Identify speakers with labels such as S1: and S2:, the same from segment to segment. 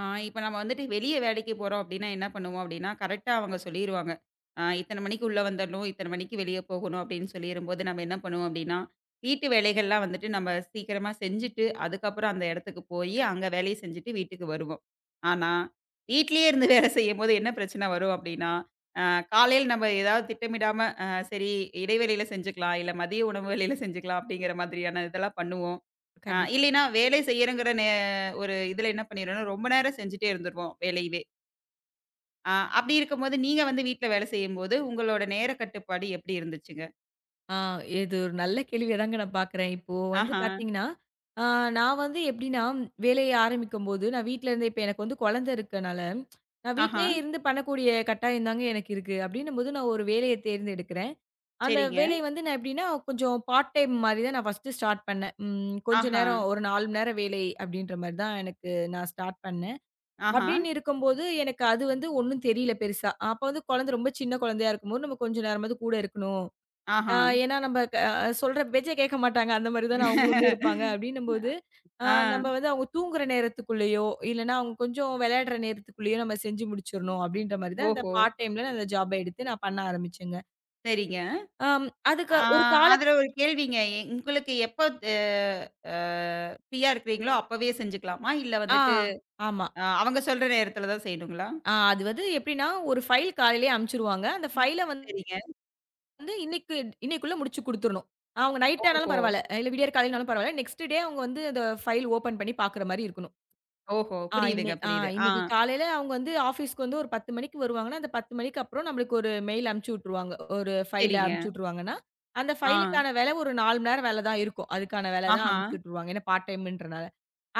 S1: ஆ இப்ப நம்ம வந்துட்டு வெளிய வேலைக்கு போறோம் அப்டின்னா, என்ன பண்ணுவோம் அப்டின்னா, கரெக்ட்டா அவங்க சொல்லிருவாங்க. இத்தன மணிக்கு உள்ள வந்துரணும், இத்தன மணிக்கு வெளிய போகணும் அப்டின்னு சொல்லிரும்போது, நம்ம என்ன பண்ணுவோம் அப்டின்னா, வீட்டு வேலைகள்லாம் வந்துட்டு நம்ம சீக்கிரமா செஞ்சுட்டு, அதுக்கப்புறம் அந்த இடத்துக்கு போயி, அங்க வேலைய செஞ்சுட்டு வீட்டுக்கு வருவோம். ஆனா, வீட்லயே இருந்து வேலை செய்யும்போது என்ன பிரச்சனை வரும் அப்டின்னா, அ காலையில நம்ம ஏதாவது திட்டமிடாம, சரி, இடைவேளையில செஞ்சுக்கலாம், இல்ல மதிய உணவு வேளையில செஞ்சுக்கலாம் அப்டிங்கிற மாதிரியான இதெல்லாம் பண்ணுவோம்.
S2: கண்டிப்பா.
S1: இல்லைன்னா, வேலை செய்யறங்கிற நே ஒரு இதுல என்ன பண்ணிருவோம்னா, ரொம்ப நேரம் செஞ்சுட்டே இருந்துருவோம் வேலையவே. ஆ, அப்படி இருக்கும்போது, நீங்க வந்து வீட்ல வேலை செய்யும்போது, உங்களோட நேர கட்டுப்பாடு எப்படி இருந்துச்சுங்க?
S2: ஆ இது ஒரு நல்ல கேள்வியா தாங்க நான் பார்க்குறேன். இப்போ வந்து
S1: ஆஹா,
S2: பார்த்தீங்கன்னா, ஆ நான் வந்து எப்படின்னா, வேலைய ஆரம்பிக்கும்போது நான் வீட்ல இருந்தே இப்ப எனக்கு வந்து குழந்தை இருக்கனால, நான்
S1: ஆஹா,
S2: வீட்லயே இருந்து பண்ணக்கூடிய கட்டாயம் தாங்க எனக்கு இருக்கு. அப்படின்னும்போது நான் ஒரு வேலைய தேர்ந்தெடுக்கிறேன். அந்த
S1: சரிங்க.
S2: வேலைய வந்து நான் எப்படின்னா, கொஞ்சம் பார்ட் டைம் மாரி தான் நான் ஃபர்ஸ்ட்டு ஸ்டார்ட் பண்ணேன். கொஞ்ச
S1: ஆஹா,
S2: நேரம் ஒரு 4 மணி நேரம் வேலை அப்படின்ற மாரி தான் எனக்கு நான் ஸ்டார்ட் பண்ணேன்.
S1: ஆஹா,
S2: அப்படின்னு இருக்கும்போது எனக்கு அது வந்து ஒண்ணும் தெரியல பெருசா. அப்ப வந்து குழந்தை ரொம்ப சின்ன குழந்தையா இருக்கும்போது, நம்ம கொஞ்ச நேரமாவது கூட இருக்கணும். ஆ
S1: ஆஹா.
S2: ஏன்னா நம்ம சொல்ற பேச்சே கேட்க மாட்டாங்க. அந்த மாரி தான அவங்களுமே இருப்பாங்க அப்டின்னும்போது, ஆ
S1: ஆ,
S2: நம்ம வந்து அவங்க தூங்குற நேரத்துக்குள்ளேயோ, இல்லன்னா அவங்க கொஞ்சம் விளையாடுற நேரத்துக்குள்ளேயோ நம்ம செஞ்சு முடிச்சிரணும் அப்டின்ற மாரி தான் இந்த
S1: ஓஹோ!
S2: பார்ட் டைம்ல நான் அந்த ஜாப் எடுத்து நான் பண்ண ஆரம்பிச்சேங்க.
S1: சரிங்க.
S2: ஆம் அதுக்கு
S1: ஆ,
S2: ஒரு கால
S1: அதுல ஒரு கேள்விங்க. உங்களுக்கு எப்ப, அ அ ஃப்ரீயா இருக்கிறீங்களோ, அப்பவே செஞ்சுக்கலாமா? இல்ல
S2: ஆ
S1: வந்துட்டு
S2: ஆமா.
S1: அவங்க சொல்ற நேரத்துல தான் செய்யணுங்களா?
S2: அது வந்து எப்டின்னா ஒரு ஃபைல் காலையிலேயே அனுப்பிச்சுருவாங்க. அந்த ஃபைல வந்து
S1: சரிங்க.
S2: இன்னைக்கு இன்னைக்குள்ள முடிச்சு குடுத்துரணும். அவங்க நைட் ஆனாலும்
S1: ஓஹோ!
S2: பரவால்ல, இல்ல விடியற் காலையிலனாலும் பரவால்ல. நெக்ஸ்ட் டே அவங்க வந்து அந்த ஃபைல் ஓப்பன் பண்ணி பார்க்குற மாரி இருக்கணும்.
S1: ஓஹோ!
S2: ஆ இன்னை
S1: புரியுதுங்க,
S2: ஆ
S1: புரியுது. ஆ,
S2: இன்னைக்கு காலையில அவங்க வந்து ஆஃபீஸ்க்கு வந்து ஒரு 10:00 மணிக்கு வருவாங்கன்னா, அந்த 10:00 மணிக்கு அப்புறம் நம்மளுக்கு ஒரு மெயில் அனுப்பிச்சு விட்டுருவாங்க. ஒரு ஃபைல
S1: சரிங்க.
S2: அனுப்பிச்சு விட்டுருவாங்கன்னா, அந்த
S1: ஆ,
S2: ஃபைலுக்கான வேலை ஒரு 4 மணி நேரம் வேலை தான் இருக்கும். அதுக்கான வேலை தான்
S1: ஆஹா,
S2: அனுப்பிச்சு விட்டுருவாங்க. ஏன்னா பார்ட் டைம்ன்றனால.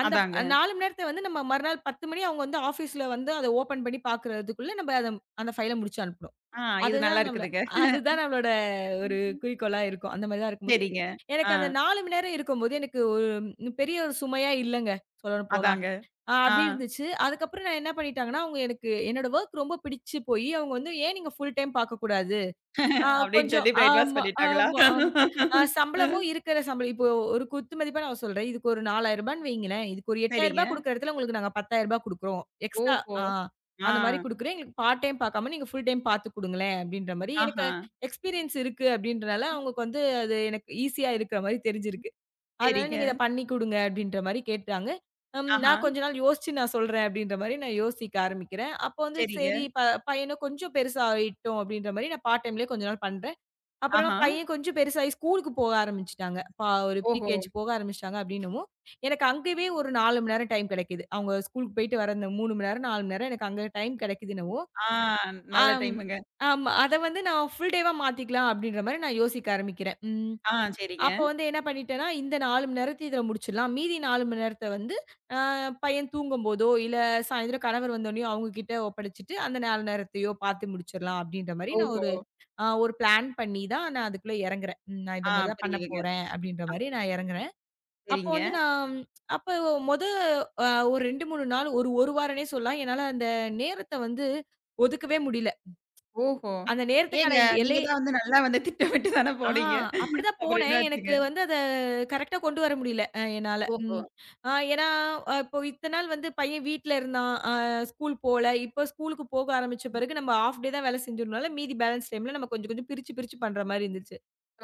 S2: அந்த
S1: அதாங்க.
S2: 4 மணி நேரத்த வந்து நம்ம மறுநாள் 10:00 மணி அவங்க வந்து ஆஃபீஸ்ல வந்து அத ஓப்பன் பண்ணி பார்க்குறதுக்குள்ள நம்ம அத அந்த ஃபைல முடிச்சு அனுப்பணும்.
S1: ஆ, இது நல்லா
S2: அதுதான் நம்மள
S1: இருக்குதுங்க.
S2: அதுதான் நம்மளோட ஒரு
S1: ம்ஹ்ம்.
S2: குறிக்கோளா இருக்கும். அந்த மாரி தான் இருக்கும்போது,
S1: சரிங்க. ஆ,
S2: எனக்கு அந்த 4 மணி நேரம் இருக்கும்போது எனக்கு ஒரு பெரிய ஒரு சுமையா இல்லங்க. சொல்லப்போனா.
S1: அதாங்க. ஆ,
S2: அப்படி இருந்துச்சு. அதுக்கப்புறம் நான் என்ன பண்ணிட்டாங்கன்னா, அவங்க எனக்கு என்னோட வொர்க் ரொம்ப பிடிச்சு போயி, அவங்க வந்து "ஏன் நீங்க ஃபுல் டைம் பார்க்கக்கூடாது? ஆ
S1: அப்டின்னு
S2: கொஞ்சம்"
S1: சொல்லி பிரைன் வாஷ்
S2: ஆமா,
S1: பண்ணிட்டாங்களா?
S2: ஆமா, ஆமா.
S1: அ
S2: சம்பளமும் இருக்கிற சம்பளம் இப்போ ஒரு குத்து மதிப்பா நான் சொல்றேன். இதுக்கு ஒரு ரூ. 4,000 வைங்களேன். இதுக்கு ஒரு ரூ.
S1: சரிங்க.
S2: 8,000 குடுக்குற இடத்துல உங்களுக்கு நாங்க ரூ. 10,000 குடுக்குறோம். எக்ஸ்ட்ரா
S1: ஓஹோ!
S2: ஆ
S1: ஆ,
S2: அந்த மாரி குடுக்குறோம். எங்களுக்கு பார்ட் டைம் பார்க்காம நீங்க ஃபுல் டைம் பார்த்து குடுங்களேன்." அப்படின்ற மாரி எனக்கு
S1: ஆஹா.
S2: எக்ஸ்பீரியன்ஸ் இருக்கு அப்படின்றனால அவங்களுக்கு வந்து அது எனக்கு ஈஸியா இருக்கிற மாரி தெரிஞ்சிருக்கு. அதனால
S1: சரிங்க.
S2: நீங்க இத பண்ணி குடுங்க அப்டின்ற மாரி கேட்டாங்க.
S1: ஆஹா.
S2: நான் கொஞ்ச நாள் யோசிச்சு நான் சொல்றேன் அப்டின்ற மாரி நான் யோசிக்க ஆரம்பிக்கிறேன். அப்ப வந்து
S1: சரிங்க.
S2: சரி ப பையனும் கொஞ்சம் பெருசாயிட்டோம் அப்டின்ற மாரி நான் பார்ட் டைம்லயே கொஞ்ச நாள் பண்றேன். அப்புறமா
S1: ஆஹா.
S2: பையன் கொஞ்சம் பெருசாகி ஸ்கூலுக்கு போக ஆரம்பிச்சுட்டாங்க. ஒரு
S1: ஓஹோ!
S2: ப்ரீகேஜி போக ஆரம்பிச்சுட்டாங்க அப்டின்னவும், எனக்கு அங்கவே ஒரு 4 மணி நேரம் டைம் கிடைக்குது. அவங்க ஸ்கூலுக்கு போயிட்டு வர அந்த 3 மணி நேரம், 4 மணி நேரம் எனக்கு அங்க டைம் கிடைக்குதுன்னவும்,
S1: ஆ, நல்ல
S2: ஆம்
S1: டைமுங்க.
S2: ஆமா. அத வந்து நான் ஃபுல் டேவா மாத்திக்கலாம் அப்டின்ற மாரி நான் யோசிக்க ஆரம்பிக்கிறேன்.
S1: ஆ, சரிங்க.
S2: அப்ப வந்து என்ன பண்ணிட்டேன்னா, இந்த 4 மணி நேரத்த இதில முடிச்சிடலாம். மீதி 4 மணி நேரத்த வந்து அ பையன் தூங்கும்போதோ, இல்ல சாயந்திரம் கணவர் வந்தோனேயோ அவங்ககிட்ட ஒப்படைச்சுட்டு, அந்த 4 நேரத்தையோ பார்த்து முடிச்சிடலாம் அப்படின்ற மாரி நான்
S1: ஓஹோ!
S2: ஒரு பிளான் பண்ணி தான் நான் அதுக்குள்ள இறங்குறேன். நான்
S1: ஆ,
S2: இந்த மாரி தான் பண்ண
S1: புரியுதுங்க.
S2: போறேன் அப்படின்ற மாரி நான் இறங்குறேன். அப்ப
S1: சரிங்க.
S2: வந்து நான் அப்ப மொத அ ஒரு 2, 3 நாள் ஒரு 1 வாரம்னே சொல்லலாம். என்னால அந்த நேரத்த வந்து ஒதுக்கவே முடியல.
S1: ஓஹோ!
S2: அந்த நேரத்துக்கான
S1: ஏங்க, நீங்க
S2: எல்லை
S1: தான் வந்து நல்லா வந்து திட்டமிட்டு தானே
S2: ஆ
S1: போனீங்க.
S2: அப்படிதான்
S1: அப்புறம்
S2: போனேன். எனக்கு
S1: என்னாச்சுங்க?
S2: வந்து அத கரெக்ட்டா கொண்டு வர முடியல என்னால.
S1: ஓஹோ!
S2: ம். அ ஏன்னா, இப்போ இத்தன நாள் வந்து பையன் வீட்ல இருந்தான். ஸ்கூல் போல. இப்போ ஸ்கூலுக்கு போக ஆரம்பிச்ச பிறகு நம்ம ஹாஃப் டே தான் வேலை செஞ்சதுனால, மீதி பேலன்ஸ் டைம்ல நம்ம கொஞ்சம் கொஞ்சம் பிரிச்சு பிரிச்சு பண்ற மாரி இருந்துச்சு.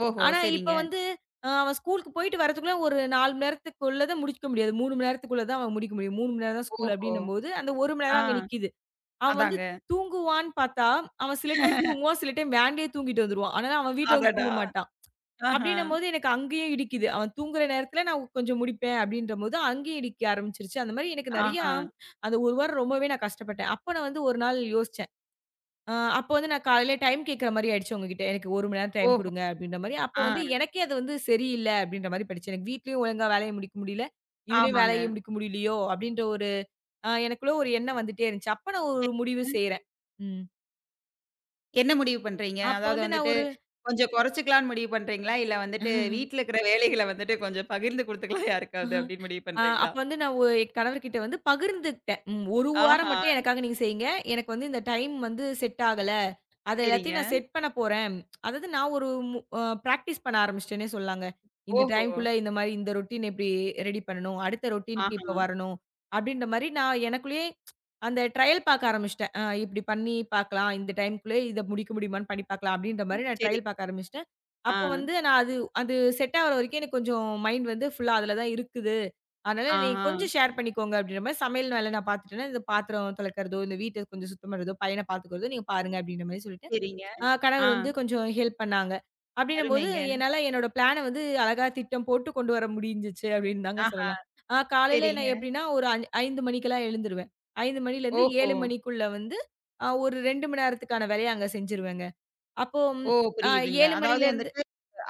S1: ஓஹோ!
S2: ஆனா இப்ப
S1: சரிங்க.
S2: வந்து அவன் ஸ்கூலுக்கு போயிட்டு வரதுக்குள்ள ஒரு 4 மணி நேரத்துக்குள்ள தான் முடிக்க முடியாது. 3 மணி நேரத்துக்குள்ள தான் அவன் முடிக்க முடியும். 3 மணி நேரம் தான் ஸ்கூல்
S1: ஓஹோ!
S2: அப்படின்னும்போது, அந்த 1 மணி
S1: ஆ,
S2: நேரம் அங்க நிக்கிது. அவன் வந்து
S1: அதாங்க.
S2: தூங்குவான்னு பார்த்தா, அவன் சில டைம் தூங்குவான், சில டைம் வேன்லயே தூங்கிட்டு வந்துருவான். ஆனா அவன் வீட்ல வந்து
S1: அடடா!
S2: தூங்க மாட்டான்.
S1: ஆஹா.
S2: அப்படின்னம்போது எனக்கு அங்கேயும் இடிக்குது. அவன் தூங்குற நேரத்துல நான் கொஞ்சம் முழிப்பேன் அப்படின்றபோது, அங்கேயும் இடிக்க ஆரம்பிச்சுருச்சு. அந்த மாரி எனக்கு நெறையா
S1: ஆஹா.
S2: அந்த 1 வாரம் ரொம்பவே நான் கஷ்டப்பட்டேன். அப்ப நான் வந்து ஒரு நாள் யோசிச்சேன். அப்ப வந்து நான் காலையில டைம் கேட்கிற மாரி ஆயிடுச்சு அவங்ககிட்ட. எனக்கு 1 மணி நேரம் டைம்
S1: ஓஹோ!
S2: குடுங்க அப்படின்ற மாரி. அப்போ
S1: ஆ,
S2: வந்து எனக்கே அது வந்து சரியில்ல அப்படின்ற மாரி பட்டுச்சு. எனக்கு வீட்லயும் ஒழுங்கா வேலைய முடிக்க முடியல. இதுலயும்
S1: ஆமாங்க.
S2: வேலைய முடிக்க முடியலையோ அப்படின்ற ஒரு எனக்குள்ள ஒரு எண்ணம் வந்துட்டே இருந்துச்சு. அப்ப நான் ஒரு முடிவு
S1: சரிங்க.
S2: செய்றேன். ம்.
S1: என்ன முடிவு பண்றீங்க?
S2: அப்ப
S1: அதாவது
S2: வந்து நான்
S1: வந்துட்டு, கொஞ்சம் குறைச்சுக்கலான்னு முடிவு பண்றீங்களா? இல்ல வந்துட்டு
S2: ஒரு
S1: வீட்ல இருக்கிற வேலைகள வந்துட்டு கொஞ்சம் பகிர்ந்து குடுத்துக்கலாம் யாருக்காவது
S2: ஆஹா.
S1: அப்படின்னு முடிவு
S2: அ
S1: பண்றீங்களா?
S2: அப்ப வந்து நான் என் கணவர்கிட்ட வந்து பகிர்ந்துக்கிட்டேன். 1 வாரம்
S1: ஆஹா!
S2: மட்டும் எனக்காக நீங்க செய்யுங்க. எனக்கு வந்து இந்த டைம் வந்து செட் ஆகல. அத எல்லாத்தையும்
S1: சரிங்க.
S2: நான் செட் பண்ண போறேன். அதாவது நான் ஒரு மு அ பிராக்டிஸ் பண்ண ஆரம்பிச்சுட்டேன்னே சொல்லாங்க. இந்த
S1: ஓஹோ!
S2: டைம்க்குள்ள இந்த மாரி இந்த ரொட்டீன் எப்படி ரெடி பண்ணணும். அடுத்த ரொட்டீனுக்கு இப்ப
S1: ஆஹா!
S2: வரணும். அப்படின்ற மாரி நான் எனக்குள்ளேயே அந்த ட்ரையல் பார்க்க ஆரம்பிச்சுட்டேன். இப்படி பண்ணி பார்க்கலாம். இந்த டைம்க்குள்ளே இத முடிக்க முடியுமான்னு பண்ணி பார்க்கலாம். அப்படின்ற மாரி நான்
S1: சரி.
S2: ட்ரையல் பார்க்க ஆரம்பிச்சுட்டேன்.
S1: ஆ,
S2: அப்ப வந்து நான் அது அது செட் ஆகுற வரைக்கும் எனக்கு கொஞ்சம் மைண்ட் வந்து ஃபுல்லா அதுல தான் இருக்குது. அதனால
S1: ஆ,
S2: நீ
S1: ஆ.
S2: கொஞ்சம் ஷேர் பண்ணிக்கோங்க அப்படின்ற மாரி சமையல் வேலை நான் பார்த்துட்டேன்னா, இந்த பாத்திரம் துலக்கிறதோ, இந்த வீட்ட கொஞ்சம் சுத்தம் பண்றதோ, பையன பார்த்துக்கிறதோ நீங்க பாருங்க அப்படின்ற மாரி சொல்லிட்டு,
S1: சரிங்க. ஆ,
S2: கணவர் வந்து கொஞ்சம் ஹெல்ப் பண்ணாங்க. அப்படின்னும்போது
S1: அருமைங்க.
S2: என்னால என்னோட பிளான வந்து அழகா திட்டம் போட்டு கொண்டு வர முடிஞ்சுச்சு அப்படின்னு தாங்க
S1: ஆஹா!
S2: சொல்லலாம். காலையில
S1: சரிங்க.
S2: நான் எப்படின்னா ஒரு ஐ 5 மணிக்கெல்லாம் எழுந்துருவேன். 5 மணிலேருந்து
S1: ஓஹோ!
S2: 7 மணிக்குள்ள வந்து ஒரு 2 மணி நேரத்துக்கான வேலைய அங்க செஞ்சுருவேங்க. அப்போ
S1: ஓ!
S2: அ
S1: புரியுதுங்க.
S2: 7
S1: அதாவது
S2: மணிலேருந்து
S1: வந்துட்டு,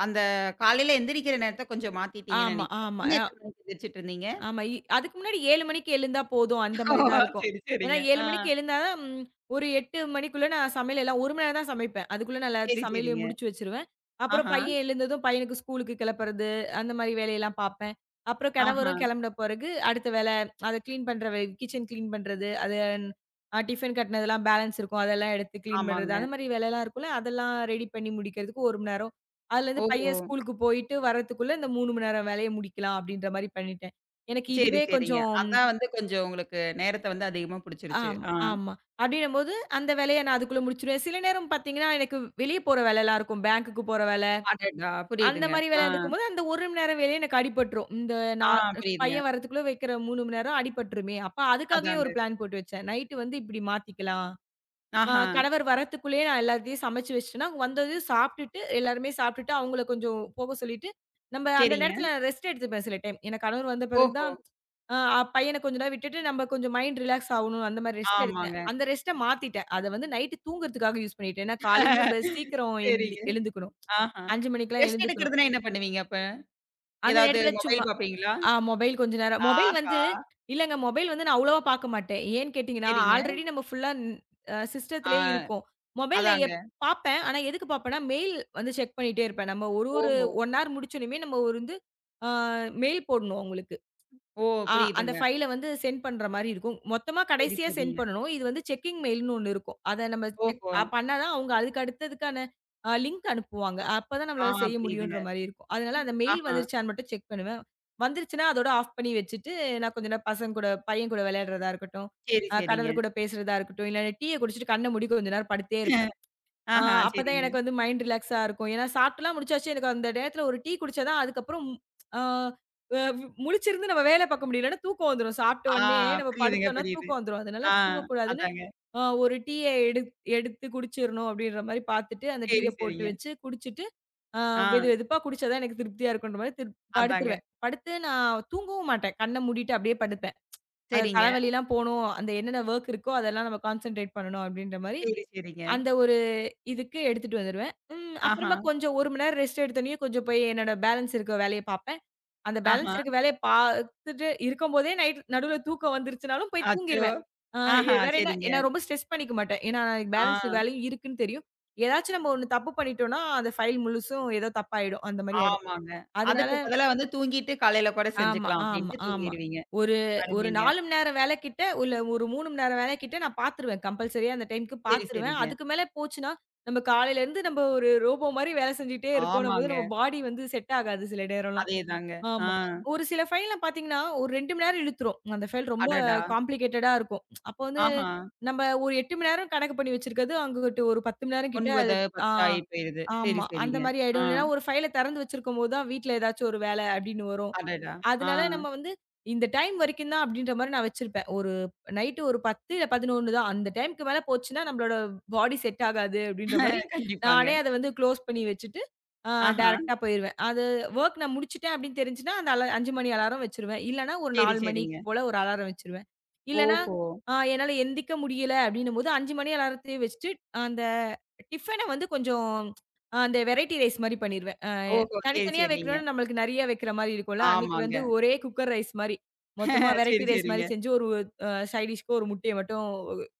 S1: அந்த காலையில எந்திரிக்கிற நேரத்த கொஞ்சம் மாத்திட்டீங்கன்னு
S2: ஆமா,
S1: நினைக்கிறேன்.
S2: ஆமா.
S1: முன்ன எத்தன மணிக்கு எந்திரிச்சுட்டு இருந்தீங்க?
S2: ஆமா. அதுக்கு முன்னாடி 7 மணிக்கு எழுந்தா போதும். அந்த மாரி தான்
S1: ஓ!
S2: இருக்கும்.
S1: சரி,
S2: ஏன்னா
S1: சரிங்க.
S2: 7
S1: ஆ,
S2: மணிக்கு எழுந்தா தான் ஒரு 8 மணிக்குள்ள நான் சமையல் எல்லாம் 1 மணி நேரம் தான் சமைப்பேன். அதுக்குள்ள நான் எல்லா
S1: சரி,
S2: சமையலையும்
S1: சரிங்க.
S2: முடிச்சு வச்சுருவேன். அப்புறம்
S1: ஆஹா!
S2: பையன் எழுந்ததும் பையனுக்கு ஸ்கூலுக்கு கிளப்புறது, அந்த மாரி வேலையெல்லாம் பார்ப்பேன். அப்புறம்
S1: ஆஹா,
S2: கணவரும் கிளம்பின பிறகு அடுத்த வேலை அத கிளீன் பண்ற வே கிச்சன் கிளீன் பண்றது, அது அ டிஃபன் கட்டினதெல்லாம் பேலன்ஸ் இருக்கும். அதெல்லாம் எடுத்து கிளீன் பண்றது,
S1: ஆமாங்க.
S2: அந்த மாரி வேலையெல்லாம் இருக்கும்ல. அதெல்லாம் ரெடி பண்ணி முடிக்கிறதுக்கு 1 மணி நேரம். அதுலேருந்து
S1: ஓஹோ!
S2: பையன் ஸ்கூலுக்கு போயிட்டு வரதுக்குள்ள இந்த 3 மணி நேரம் வேலைய முடிக்கலாம், அப்படின்ற மாரி பண்ணிட்டேன். எனக்கு
S1: சரி,
S2: இதுவே
S1: சரிங்க.
S2: கொஞ்சம்
S1: அதான் வந்து கொஞ்சம் உங்களுக்கு நேரத்த வந்து அதிகமா புடிச்சிருச்சு.
S2: ஆமா,
S1: ஆ.
S2: ஆமா. அப்படின்னும்போது அந்த வேலைய நான் அதுக்குள்ள முடிச்சுருவேன். சில நேரம் பார்த்தீங்கன்னா, எனக்கு வெளிய போற வேலைலாம் இருக்கும். பேங்க்குக்கு போற வேல,
S1: அடடா!
S2: அந்த
S1: புரியுதுங்க.
S2: மாரி வேல
S1: ஆ,
S2: இருக்கும்போது, அந்த 1 மணி நேரம் வேலையே எனக்கு அடிபட்டுரும். இந்த
S1: ஆ,
S2: நான்
S1: புரியுதுங்க.
S2: பையன் வரதுக்குள்ள வைக்கிற 3 மணி நேரம் அடிபட்டுருமே! அப்ப அதுக்காகவே
S1: அதாங்க.
S2: ஒரு பிளான் போட்டு வச்சேன். நைட்டு வந்து இப்படி மாத்திக்கலாம்.
S1: ஆஹா,
S2: கணவர் வரத்துக்குள்ளேயே நான் எல்லாத்தையும் சமைச்சு வச்சுட்டேன்னா, அவங்க வந்தது சாப்பிட்டுட்டு எல்லாருமே சாப்பிட்டுட்டு, அவங்கள கொஞ்சம் போக சொல்லிட்டு, நம்ம அந்த
S1: சரிங்க.
S2: நேரத்தில ரெஸ்ட் எடுத்துப்பேன் சில டைம். ஏன்னா கணவர் வந்த பிறகு
S1: ஓஹோ!
S2: தான் பையன கொஞ்ச நேரம் விட்டுட்டு நம்ம கொஞ்சம் மைண்ட் ரிலாக்ஸ் ஆவணும். அந்த மாரி ரெஸ்ட் எடுத்தேன்.
S1: ஆமாங்க.
S2: அந்த ரெஸ்ட்ட மாத்திட்டேன். அத வந்து நைட்டு தூங்குறதுக்காக யூஸ் பண்ணிட்டேன். ஏன்னா காலையில நம்ம சீக்கிரம்
S1: சரிங்க.
S2: எழுந்துக்கணும்.
S1: ஆஹா.
S2: 5 மணிக்கெல்லாம்
S1: ரெஸ்ட்
S2: எழுந்துக்கணும்.
S1: எடுக்கிறதுனா என்ன பண்ணுவீங்க அப்ப?
S2: அந்த
S1: ஏதாவது
S2: நேரத்தில சும்மா
S1: மொபைல் பார்ப்பீங்களா?
S2: ஆ மொபைல் கொஞ்ச நேரம். மொபைல்
S1: ஆஹா!
S2: வந்து இல்லங்க மொபைல் வந்து நான் அவ்வளவா பாக்க மாட்டேன். ஏன்னு கேட்டீங்கன்னா,
S1: சரிங்க.
S2: ஆல்ரெடி நம்ம ஃபுல்லா சிஸ்டத்திலேயே
S1: ஆ,
S2: இருக்கோம். மொபைல் நான் எப்
S1: அதாங்க.
S2: பாப்பேன். ஆனா எதுக்கு பாப்பேன்னா, மெயில் வந்து செக் பண்ணிட்டே இருப்பேன். நம்ம ஒரு ஒரு
S1: ஓஹோ!
S2: 1 ஹவர் முடிச்சோனயுமே நம்ம ஒரு வந்து ஆ மெயில் போடணும் அவுங்களுக்கு.
S1: ஓ!
S2: அந்த
S1: புரியுதுங்க.
S2: ஃபைல வந்து சென்ட் பண்ற மாரி இருக்கும். மொத்தமா
S1: சரி,
S2: கடைசியா சென்ட்
S1: சரிங்க.
S2: பண்ணணும். இது வந்து செக்கிங் மெயில்ன்னு ஒண்ணு இருக்கும். அத நம்ம செக்
S1: ஓஹோ!
S2: அ பண்ணா தான் அவங்க அதுக்கு அடுத்ததுக்கான லிங்க் அனுப்புவாங்க. அப்பதான்
S1: ஆ,
S2: நம்மளால செய்ய
S1: புரியுதுங்க.
S2: முடியுன்ற மாரி இருக்கும். அதனால அந்த மெயில்
S1: ஆஹா,
S2: வந்துருச்சான்னு மட்டும் செக் பண்ணுவேன். வந்துருச்சுன்னா அதோட ஆஃப் பண்ணி வச்சுட்டு, நான் கொஞ்ச நேரம் பசங்க கூட பையன் கூட விளையாடுறதா இருக்கட்டும்,
S1: சரி, சரிங்க.
S2: கணவர் கூட பேசுறதா இருக்கட்டும், இல்ல டீய குடிச்சிட்டு கண்ண மூடி கொஞ்ச நேரம் படுத்தே இருப்பேன். ஆ
S1: ஆஹா,
S2: அப்பதான்
S1: சரிங்க.
S2: எனக்கு வந்து மைண்ட் ரிலாக்ஸா இருக்கும். ஏன்னா சாப்பிட்டுலாம் முடிச்சாச்சு. எனக்கு அந்த நேரத்துல ஒரு டீ குடிச்சா தான் அதுக்கப்புறம் ம், ஆ அ முழிச்சிருந்து நம்ம வேலை பார்க்க முடியும். இல்லன்னா தூக்கம் வந்துரும். சாப்பிட்ட
S1: ஆ,
S2: உடனே நம்ம
S1: புரியுதுங்க,
S2: படுத்தோம்னா
S1: புரியுது.
S2: தூக்கம் வந்துரும். அதனால
S1: ஆ,
S2: தூங்கக்கூடாதுன்னு
S1: அதாங்க.
S2: ஒரு டீய எடுத்து குடிச்சிரணும் அப்படின்ற மாரி பார்த்துட்டு, அந்த டீய
S1: சரி,
S2: போட்டு
S1: சரிங்க.
S2: வச்சு குடிச்சிட்டு, ஆ
S1: ஆ,
S2: வெது வெதுப்பா குடிச்சா தான் எனக்கு திருப்தியா இருக்குன்ற மாரி
S1: அதாங்க.
S2: படுத்துருவேன். படுத்து நான் தூங்கவும் மாட்டேன். கண்ண மூடிட்டு அப்படியே படுப்பேன். அந்த
S1: சரிங்க.
S2: தலைவலிலாம் போணும். அந்த என்னென்ன வொர்க் இருக்கோ அதெல்லாம் நம்ம கான்சன்ட்ரேட் பண்ணணும் அப்படின்ற மாரி
S1: சரி, சரிங்க.
S2: அந்த ஒரு இதுக்கு எடுத்துட்டு வந்துருவேன்.
S1: ஆஹா,
S2: அப்புறமா கொஞ்சம் 1 மணி நேரம் ரெஸ்ட் எடுத்தோனயே கொஞ்சம் போய் என்னோட பேலன்ஸ் இருக்க வேலைய பார்ப்பேன். அந்த பேலன்ஸ்
S1: ஆஹா.
S2: இருக்க வேலைய பார்த்துட்டு இருக்கும்போதே நைட் நடுவுல தூக்கம் வந்துருச்சுனாலும் போய்
S1: அச்சோ!
S2: தூங்கிருவேன். ஆ எ
S1: ஆஹா,
S2: வேற என்ன
S1: சரிங்க.
S2: நான் ரொம்ப ஸ்ட்ரெஸ் பண்ணிக்க மாட்டேன். ஏன்னா பேலன்ஸ்
S1: ஆ,
S2: வேலையும் இருக்குன்னு தெரியும். ஏதாச்சும் நம்ம ஒண்ணு தப்பு பண்ணிட்டோம்னா, அந்த ஃபைல் முழுசும் ஏதோ தப்பாயிடும். அந்த மாரி ஆயிடும்.
S1: ஆமாங்க.
S2: அதனால
S1: அதுக்கு பதிலா வந்து தூங்கிட்டு காலையில கூட செஞ்சுக்கலாம் அப்டின்ட்டு
S2: ஆமா.
S1: தூங்கிருவீங்க.
S2: ஒரு ஒரு
S1: அருமைங்க.
S2: 4 மணி நேரம் வேலை கிட்ட, இல்ல ஒரு 3 மணி நேரம் வேலை கிட்ட நான் பார்த்துருவேன். கம்பல்சரியா அந்த டைம்க்கு
S1: சரி,
S2: பார்த்துருவேன்.
S1: சரிங்க.
S2: அதுக்கு மேல போச்சுன்னா, நம்ம காலையிலருந்து நம்ம ஒரு ரோபோ மாரி வேலை செஞ்சுட்டே இருக்கோன்னும்போது,
S1: ஆமாங்க.
S2: நம்ம பாடி வந்து செட் ஆகாது சில நேரம்லாம்.
S1: அதேதாங்க. ஆ,
S2: ஆமா. ஒரு சில ஃபைல்லாம் பார்த்தீங்கன்னா, ஒரு 2 மணி நேரம் இழுத்துரும். அந்த ஃபைல் ரொம்ப
S1: அடடா!
S2: காம்ப்ளிகேட்டடா இருக்கும். அப்போ வந்து
S1: ஆஹா.
S2: நம்ம ஒரு 8 மணி நேரம் கணக்கு பண்ணி வச்சிருக்கிறது, அங்குட்டு ஒரு 10 மணி நேரம் கிட்ட அது
S1: 9,
S2: ஆ
S1: 10 ஆயி போயிருது. சரி,
S2: ஆமா. அந்த
S1: சரிங்க.
S2: மாரி
S1: ஆ,
S2: ஆயிடும். இல்லைன்னா ஒரு ஃபைல திறந்து வச்சிருக்கும்போது தான், வீட்ல ஏதாச்சும் ஒரு வேலை அப்படின்னு வரும்.
S1: அடடா! ஆ,
S2: அதனால நம்ம வந்து இந்த டைம் வரைக்கும் தான் அப்படின்ற மாரி நான் வச்சிருப்பேன். ஒரு நைட்டு ஒரு 10 இல்ல 11 தான். அந்த டைம்க்கு மேல போச்சுன்னா நம்மளோட பாடி செட் ஆகாது அப்படின்ற மாரி
S1: கண்டிப்பாங்க.
S2: நானே அத வந்து க்ளோஸ் பண்ணி வச்சுட்டு, ஆ
S1: ஆஹா.
S2: டைரக்ட்டா போயிருவேன். அது வொர்க் நான் முடிச்சுட்டேன் அப்படின்னு தெரிஞ்சுன்னா, அந்த அல 5 மணி அலாரம் வச்சுருவேன். இல்லன்னா ஒரு
S1: சரி,
S2: 4 மணிக்கு
S1: சரிங்க.
S2: போல ஒரு அலாரம் வச்சுருவேன். இல்லன்னா,
S1: ஓஹோ!
S2: என்னால எந்திக்க முடியல அப்படின்னும்போது 5 மணி அலாரத்தையே வச்சுட்டு, அந்த டிஃபன வந்து கொஞ்சம் அந்த வெரைட்டி ரைஸ் மாரி பண்ணிருவேன்.
S1: ஓஹோ! சரி,
S2: தனித்தனியா
S1: சரிங்க.
S2: வைக்கணும்னா நம்மளுக்கு நெறைய வைக்கிற மாரி இருக்கும்ல. அன்னைக்கு வந்து
S1: ஆமாங்க.
S2: ஒரே குக்கர் ரைஸ் மாரி. மொத்தமா வெரைட்டி
S1: சரி,
S2: ரைஸ் மாரி
S1: சரிங்க.
S2: செஞ்சு ஒரு சைட் டிஷ்க்கு ஒரு முட்டைய மட்டும்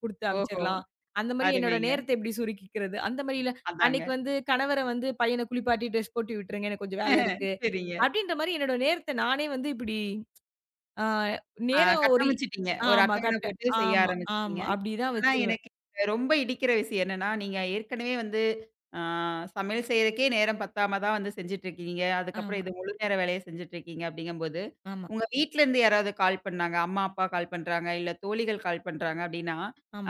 S2: குடுத்து
S1: ஓஹோ!
S2: அனுப்பிச்சிரலாம். அந்த மாரி என்னோட
S1: அருமைங்க.
S2: நேரத்த எப்படி சுருக்கிக்கிறது? அந்த மாரி இல்ல,
S1: அதாங்க.
S2: அன்னைக்கு வந்து கணவர வந்து பையன குளிப்பாட்டி ட்ரெஸ் போட்டு விட்டுருங்க. எனக்கு கொஞ்சம் வேல இருக்கு.
S1: சரிங்க.
S2: அப்படின்ற மாரி என்னோட நேரத்த நானே வந்து இப்படி ஆ
S1: ஆ,
S2: நேரம் ஒரு
S1: கட்டமைச்சுட்டீங்க. ஒரு
S2: ஆமா
S1: அட்டவணை
S2: கட்ட
S1: போட்டு செய்ய
S2: ஆமா, ஆமா.
S1: ஆரம்பிச்சுட்டீங்க.
S2: அப்படிதான்
S1: ஆனா
S2: வச்சுருவேன்.
S1: எனக்கு ரொம்ப இடிக்கிற விஷயம் என்னன்னா, நீங்க ஏற்கனவே வந்து, ஆ சமையல் செய்றதுக்கே நேரம் பத்தாம தான் வந்து செஞ்சுட்டுருக்கீங்க. அதுக்கப்புறம்
S2: ஆமா,
S1: இது முழு நேர வேலைய செஞ்சுட்டுருக்கீங்க அப்படிங்கும்போது,
S2: ஆமா,
S1: உங்க வீட்லருந்து யாராவது கால் பண்ணாங்க, அம்மா, அப்பா கால் பண்றாங்க, இல்ல தோழிகள் கால் பண்றாங்க அப்படின்னா,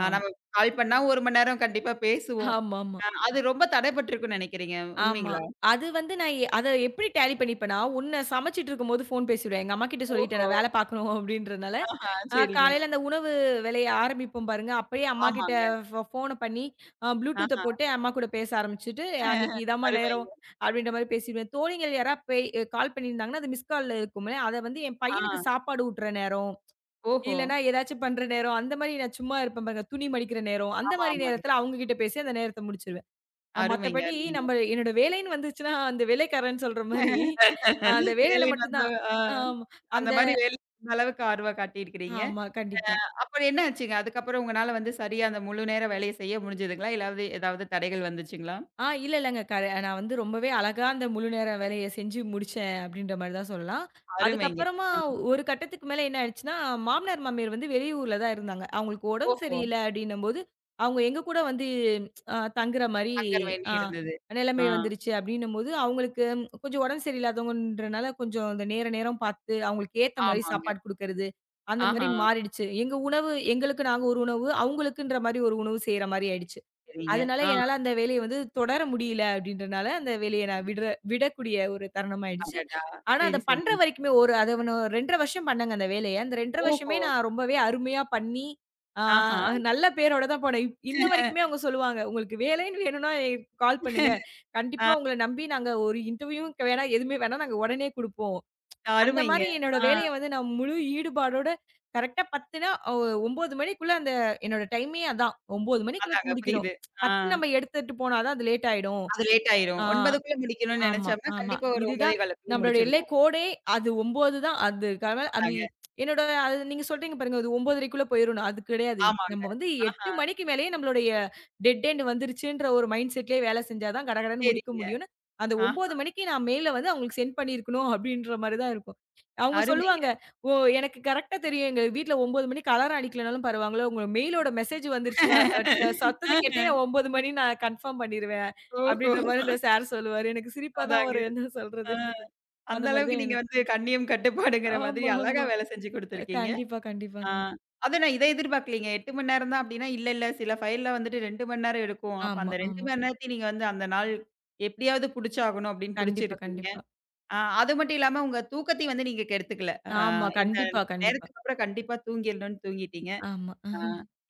S1: ஆ, நம்ம கால் பண்ணா 1 மணி நேரம் கண்டிப்பா பேசுவோம்.
S2: ஆமாமா.
S1: அது ரொம்ப தடைப்பட்டுருக்குன்னு நெனைக்கிறீங்க.
S2: ஆமா.
S1: உண்மைங்களா?
S2: அது வந்து நான் அத எப்படி டேலி பண்ணிப்பேன்னா, ஒண்ணு சமைச்சிட்டு இருக்கும்போது ஃபோன் பேசிடுவேன். எங்க அம்மாகிட்ட சொல்லிட்டேன்,
S1: ஓஹோ!
S2: நான் வேலை பார்க்கணும் அப்படின்றனால.
S1: ஆஹா, சரிங்க.
S2: காலையில அந்த உணவு வேலைய ஆரம்பிப்போம் பாருங்க, அப்பயே அம்மாகிட்ட
S1: ஆமாங்க.
S2: ஃபோன பண்ணி ப்ளூடூத்த
S1: ஆஹா.
S2: போட்டு அம்மா கூட பேச ஆரம்பிச்சுட்டு, "அன்னைக்கு இதாம்மா நேரம்"
S1: அருமைங்க.
S2: அப்படின்ற மாரி பேசிடுவேன். தோழிகள் யாரா பேய் கால் பண்ணியிருந்தாங்கன்னா, அது மிஸ் கால்ல இருக்கும்ல, அத வந்து என்
S1: ஆ.
S2: பையனுக்கு சாப்பாடு ஊட்டுற நேரம்,
S1: ஓஹோ!
S2: இல்லன்னா ஏதாச்சும் பண்ற நேரம், அந்த மாரி நான் சும்மா இருப்பேன் பாருங்க, துணி மடிக்கிற நேரம், அந்த
S1: ஆமா,
S2: மாரி
S1: ஆமாங்க.
S2: நேரத்தில அவங்க கிட்ட பேசி அந்த நேரத்த முடிச்சிருவேன்.
S1: அருமைங்க,
S2: மத்தபடி
S1: அருமைங்க.
S2: நம்ம என்னோட வேலைன்னு வந்துச்சுன்னா, அந்த வேலைக்காரன்னு சொல்ற மாரி, அந்த வேலையில
S1: வேலை
S2: மட்டும்
S1: வந்து
S2: தான்.
S1: ஆ.
S2: ஆமா.
S1: அந்த
S2: அந்த
S1: மாரி வேலை அந்த அளவுக்கு ஆர்வம் காட்டியிருக்கிறீங்க.
S2: ஆமா. கண்டிப்பா.
S1: அப்புறம் என்ன ஆச்சுங்க? அதுக்கப்புறம் உங்கனால வந்து சரியா அந்த முழு நேர வேலைய செய்ய முடிஞ்சதுங்களா? இல்லாவது ஏதாவது தடைகள் வந்துச்சுங்களா?
S2: இல்ல, இல்லங்க. நான் வந்து ரொம்பவே அழகா அந்த முழு நேர வேலைய செஞ்சு முடிச்சேன் அப்படின்ற மாரி தான் சொல்லலாம்.
S1: அருமைங்க.
S2: அதுக்கப்புறமா
S1: ஆ.
S2: ஒரு கட்டத்துக்கு மேல என்ன ஆயிடுச்சுன்னா, மாமனார், மாமியார் வந்து வெளியூர்ல தான் இருந்தாங்க. அவங்களுக்கு உடம்பு
S1: ஓஹோ!
S2: சரியில்ல அப்படின்னும்போது, அவங்க எங்க கூட வந்து தங்குற மாரி
S1: சங்கர் வேலி
S2: ஆ
S1: இருந்தது.
S2: நிலைமை
S1: ஆ.
S2: வந்துருச்சு அப்படின்னும்போது, அவங்களுக்கு கொஞ்சம் உடம்பு சரியில்லாதவங்கன்றனால கொஞ்சம் அந்த நேரம் பார்த்து, அவங்களுக்கு ஏத்த மாரி
S1: ஆமாங்க.
S2: சாப்பாடு குடுக்கறது, அந்த மாரி
S1: ஆஹா.
S2: மாறிடுச்சு. எங்க உணவு எங்களுக்கு நாங்க ஒரு உணவு, அவங்களுக்குன்ற மாரி ஒரு உணவு செய்ற மாரி ஆயிடுச்சு.
S1: சரிங்க.
S2: அதனால
S1: ஆ.
S2: என்னால அந்த வேலைய வந்து தொடர முடியல அப்படின்றனால, அந்த வேலைய நான் விடக்கூடிய ஒரு தருணம் ஆயிடுச்சு.
S1: அடடா!
S2: ஆனா, அத
S1: சரி,
S2: பண்ற
S1: சரிங்க.
S2: வரைக்குமே ஒரு அத ஒண்ணு 2 1/2 வருஷம் பண்ணேங்க அந்த வேலைய. அந்த 2 1/2 வருஷமே
S1: ஓஹோ!
S2: நான் ரொம்பவே அருமையா பண்ணி, ஆ
S1: ஆஹா.
S2: நல்ல பேரோட தான் போனேன். இன்ன வரைக்குமே அவங்க சொல்லுவாங்க, "உங்களுக்கு வேலைன்னு வேணும்னா கால் பண்ணுங்க.
S1: ஆ.
S2: கண்டிப்பா உங்கள நம்பி நாங்க ஒரு இன்டர்வியூவும் வேணா, எதுவுமே வேணா நாங்க உடனே குடுப்போம்." அந்த
S1: அருமைங்க.
S2: மாரி என்னோட
S1: ஆ.
S2: வேலைய வந்து நான் முழு ஈடுபாடோட கரெக்ட்டா 10ன்னா ஒ 9 மணிக்குள்ள அந்த என்னோட டைமே அதான். 9 மணிக்குள்ள
S1: அதாங்க
S2: முடிக்கணும்.
S1: புரியுது. ஆ.
S2: 10 நம்ம எடுத்துட்டு போனா தான் அது லேட் ஆயிடும்.
S1: அது லேட் ஆயிரும்.
S2: ஆ.
S1: 9க்குள்ள முடிக்கணும்னு
S2: ஆமா,
S1: நெனச்சோம்னா,
S2: ஆமா.
S1: கண்டிப்பா ஒரு
S2: இதுதான்
S1: 9.15க்குள்ள
S2: நம்மளோட எல்லைக்
S1: முடிச்சிருவோம்.
S2: கோடே அது 9 தான்.
S1: அதாங்க.
S2: என்னோட அது நீங்க சொல்றீங்க பாருங்க, அது 9:30க்குள்ள போயிரும்னு. அது கிடையாது.
S1: ஆமாங்க.
S2: நம்ம வந்து 8
S1: ஆஹா.
S2: மணிக்கு மேலயே நம்மளுடைய டெட் எண்ட் வந்துருச்சுன்ற ஒரு மைண்ட் செட்லயே வேலை செஞ்சா தான் கடகடன்னு முடிக்க
S1: சரிங்க.
S2: முடியும்னு, அந்த 9
S1: ஆஹா.
S2: மணிக்கு நான் மெயில வந்து அவங்களுக்கு சென்ட் பண்ணியிருக்கணும் அப்படின்ற மாரி தான் இருக்கும். அவங்க
S1: அருமைங்க.
S2: சொல்லுவாங்க, "ஓ! எனக்கு கரெக்ட்டா தெரியும். எங்க வீட்ல 9 மணிக்கு அலாரம் அடிக்கலனாலும் பரவாங்கல்ல. உங்க மெயிலோட மெசேஜ் வந்துருச்சுன்னா, சத்தத்த கேட்டே
S1: ஆஹ.
S2: நான் 9 மணின்னு நான் கன்ஃபார்ம் பண்ணிருவேன்."
S1: ஓஹோ!
S2: அப்படின்ற மாரி இந்த சார் சொல்லுவாரு. எனக்கு சிரிப்பா தான்
S1: அதாங்க.
S2: வரும் என்ன
S1: ஆ.
S2: சொல்றது எனக்கு.
S1: அந்த
S2: அந்த மாரி
S1: அளவுக்கு
S2: தான்
S1: நீங்க
S2: எனக்
S1: வந்து கண்ணியம் கட்டுப்பாடுங்கிற மாதிரி
S2: ஆமா,
S1: அழகா
S2: ஆமா.
S1: வேலை செஞ்சு குடுத்துருக்கீங்க.
S2: கண்டிப்பா,
S1: ஆ.
S2: கண்டிப்பாங்க.
S1: அத நான் இத எதிர்பார்க்கலீங்க. 8 மணி நேரம் தான் அப்டின்னா, இல்ல இல்ல சில ஃபைல்லாம் வந்துட்டு 2 மணி நேரம் எடுக்கும். அப்ப
S2: ஆமா,
S1: அந்த 2
S2: ஆமா.
S1: மணி நேரத்தையும் நீங்க வந்து அந்த நாள் எப்படியாவது புடிச்சாகணும் அப்படின்னு
S2: கண்டிப்பா,
S1: புடிச்சிருக்கீங்க.
S2: கண்டிப்பா.
S1: ஆ, அது மட்டும் இல்லாம உங்க தூக்கத்தையும் வந்து நீங்க கெடுத்துக்கல. ஆ,
S2: ஆமா.
S1: இந்த
S2: கண்டிப்பா, கண்டிப்பா.
S1: நேரத்துக்கு அப்புறம் கண்டிப்பா தூங்கிரணும்னு தூங்கிட்டீங்க.
S2: ஆமா.
S1: ஆ,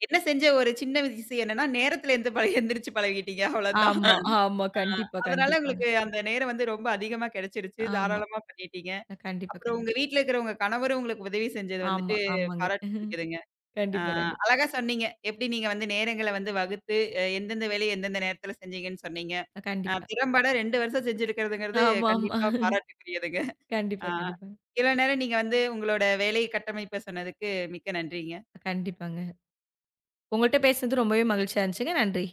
S1: என்ன செஞ்ச ஒரு சின்ன விஷயம் என்னன்னா, நேரத்துல எந்து பழ எந்திரிச்சு பழகிட்டீங்க அவ்வளோதான். அ,
S2: ஆமா, ஆமா.
S1: ஆ, ஆ.
S2: கண்டிப்பா,
S1: அதனால
S2: கண்டிப்பாங்க.
S1: உங்களுக்கு அந்த நேரம் வந்து ரொம்ப அதிகமா கிடைச்சிருச்சு.
S2: ஆமா.
S1: தாராளமா பண்ணிட்டீங்க.
S2: கண்டிப்பா,
S1: அப்புறம்
S2: கண்டிப்பா.
S1: உங்க வீட்ல இருக்கிற உங்க கணவரும் உங்களுக்கு உதவி செஞ்சது
S2: ஆமா,
S1: வந்துட்டு
S2: ஆமாங்க.
S1: பாராட்டுக்குரியதுங்க. ஆ,
S2: கண்டிப்பா, கண்டிப்பா.
S1: அழகா சொன்னீங்க. எப்படி நீங்க வந்து நேரங்கள வந்து வகுத்து, எந்தெந்த வேலைய எந்தெந்த நேரத்துல செஞ்சீங்கன்னு சொன்னீங்க.
S2: கண்டிப்பா.
S1: திறம்பட 2 வருஷம் செஞ்சிருக்கிறதுங்கிறது
S2: ஆமா, ஆமா.
S1: கண்டிப்பா பாராட்டுக்குரியதுங்க. ஆ.
S2: கண்டிப்பா, கண்டிப்பாங்க.
S1: இவ்வளோ நேரம் நீங்க வந்து உங்களோட வேலை கட்டமைப்ப சொன்னதுக்கு மிக்க நன்றிங்க.
S2: கண்டிப்பாங்க. உங்கள்ட்ட பேசுனது ரொம்பவே மகிழ்ச்சியா இருந்துச்சுங்க. நன்றி.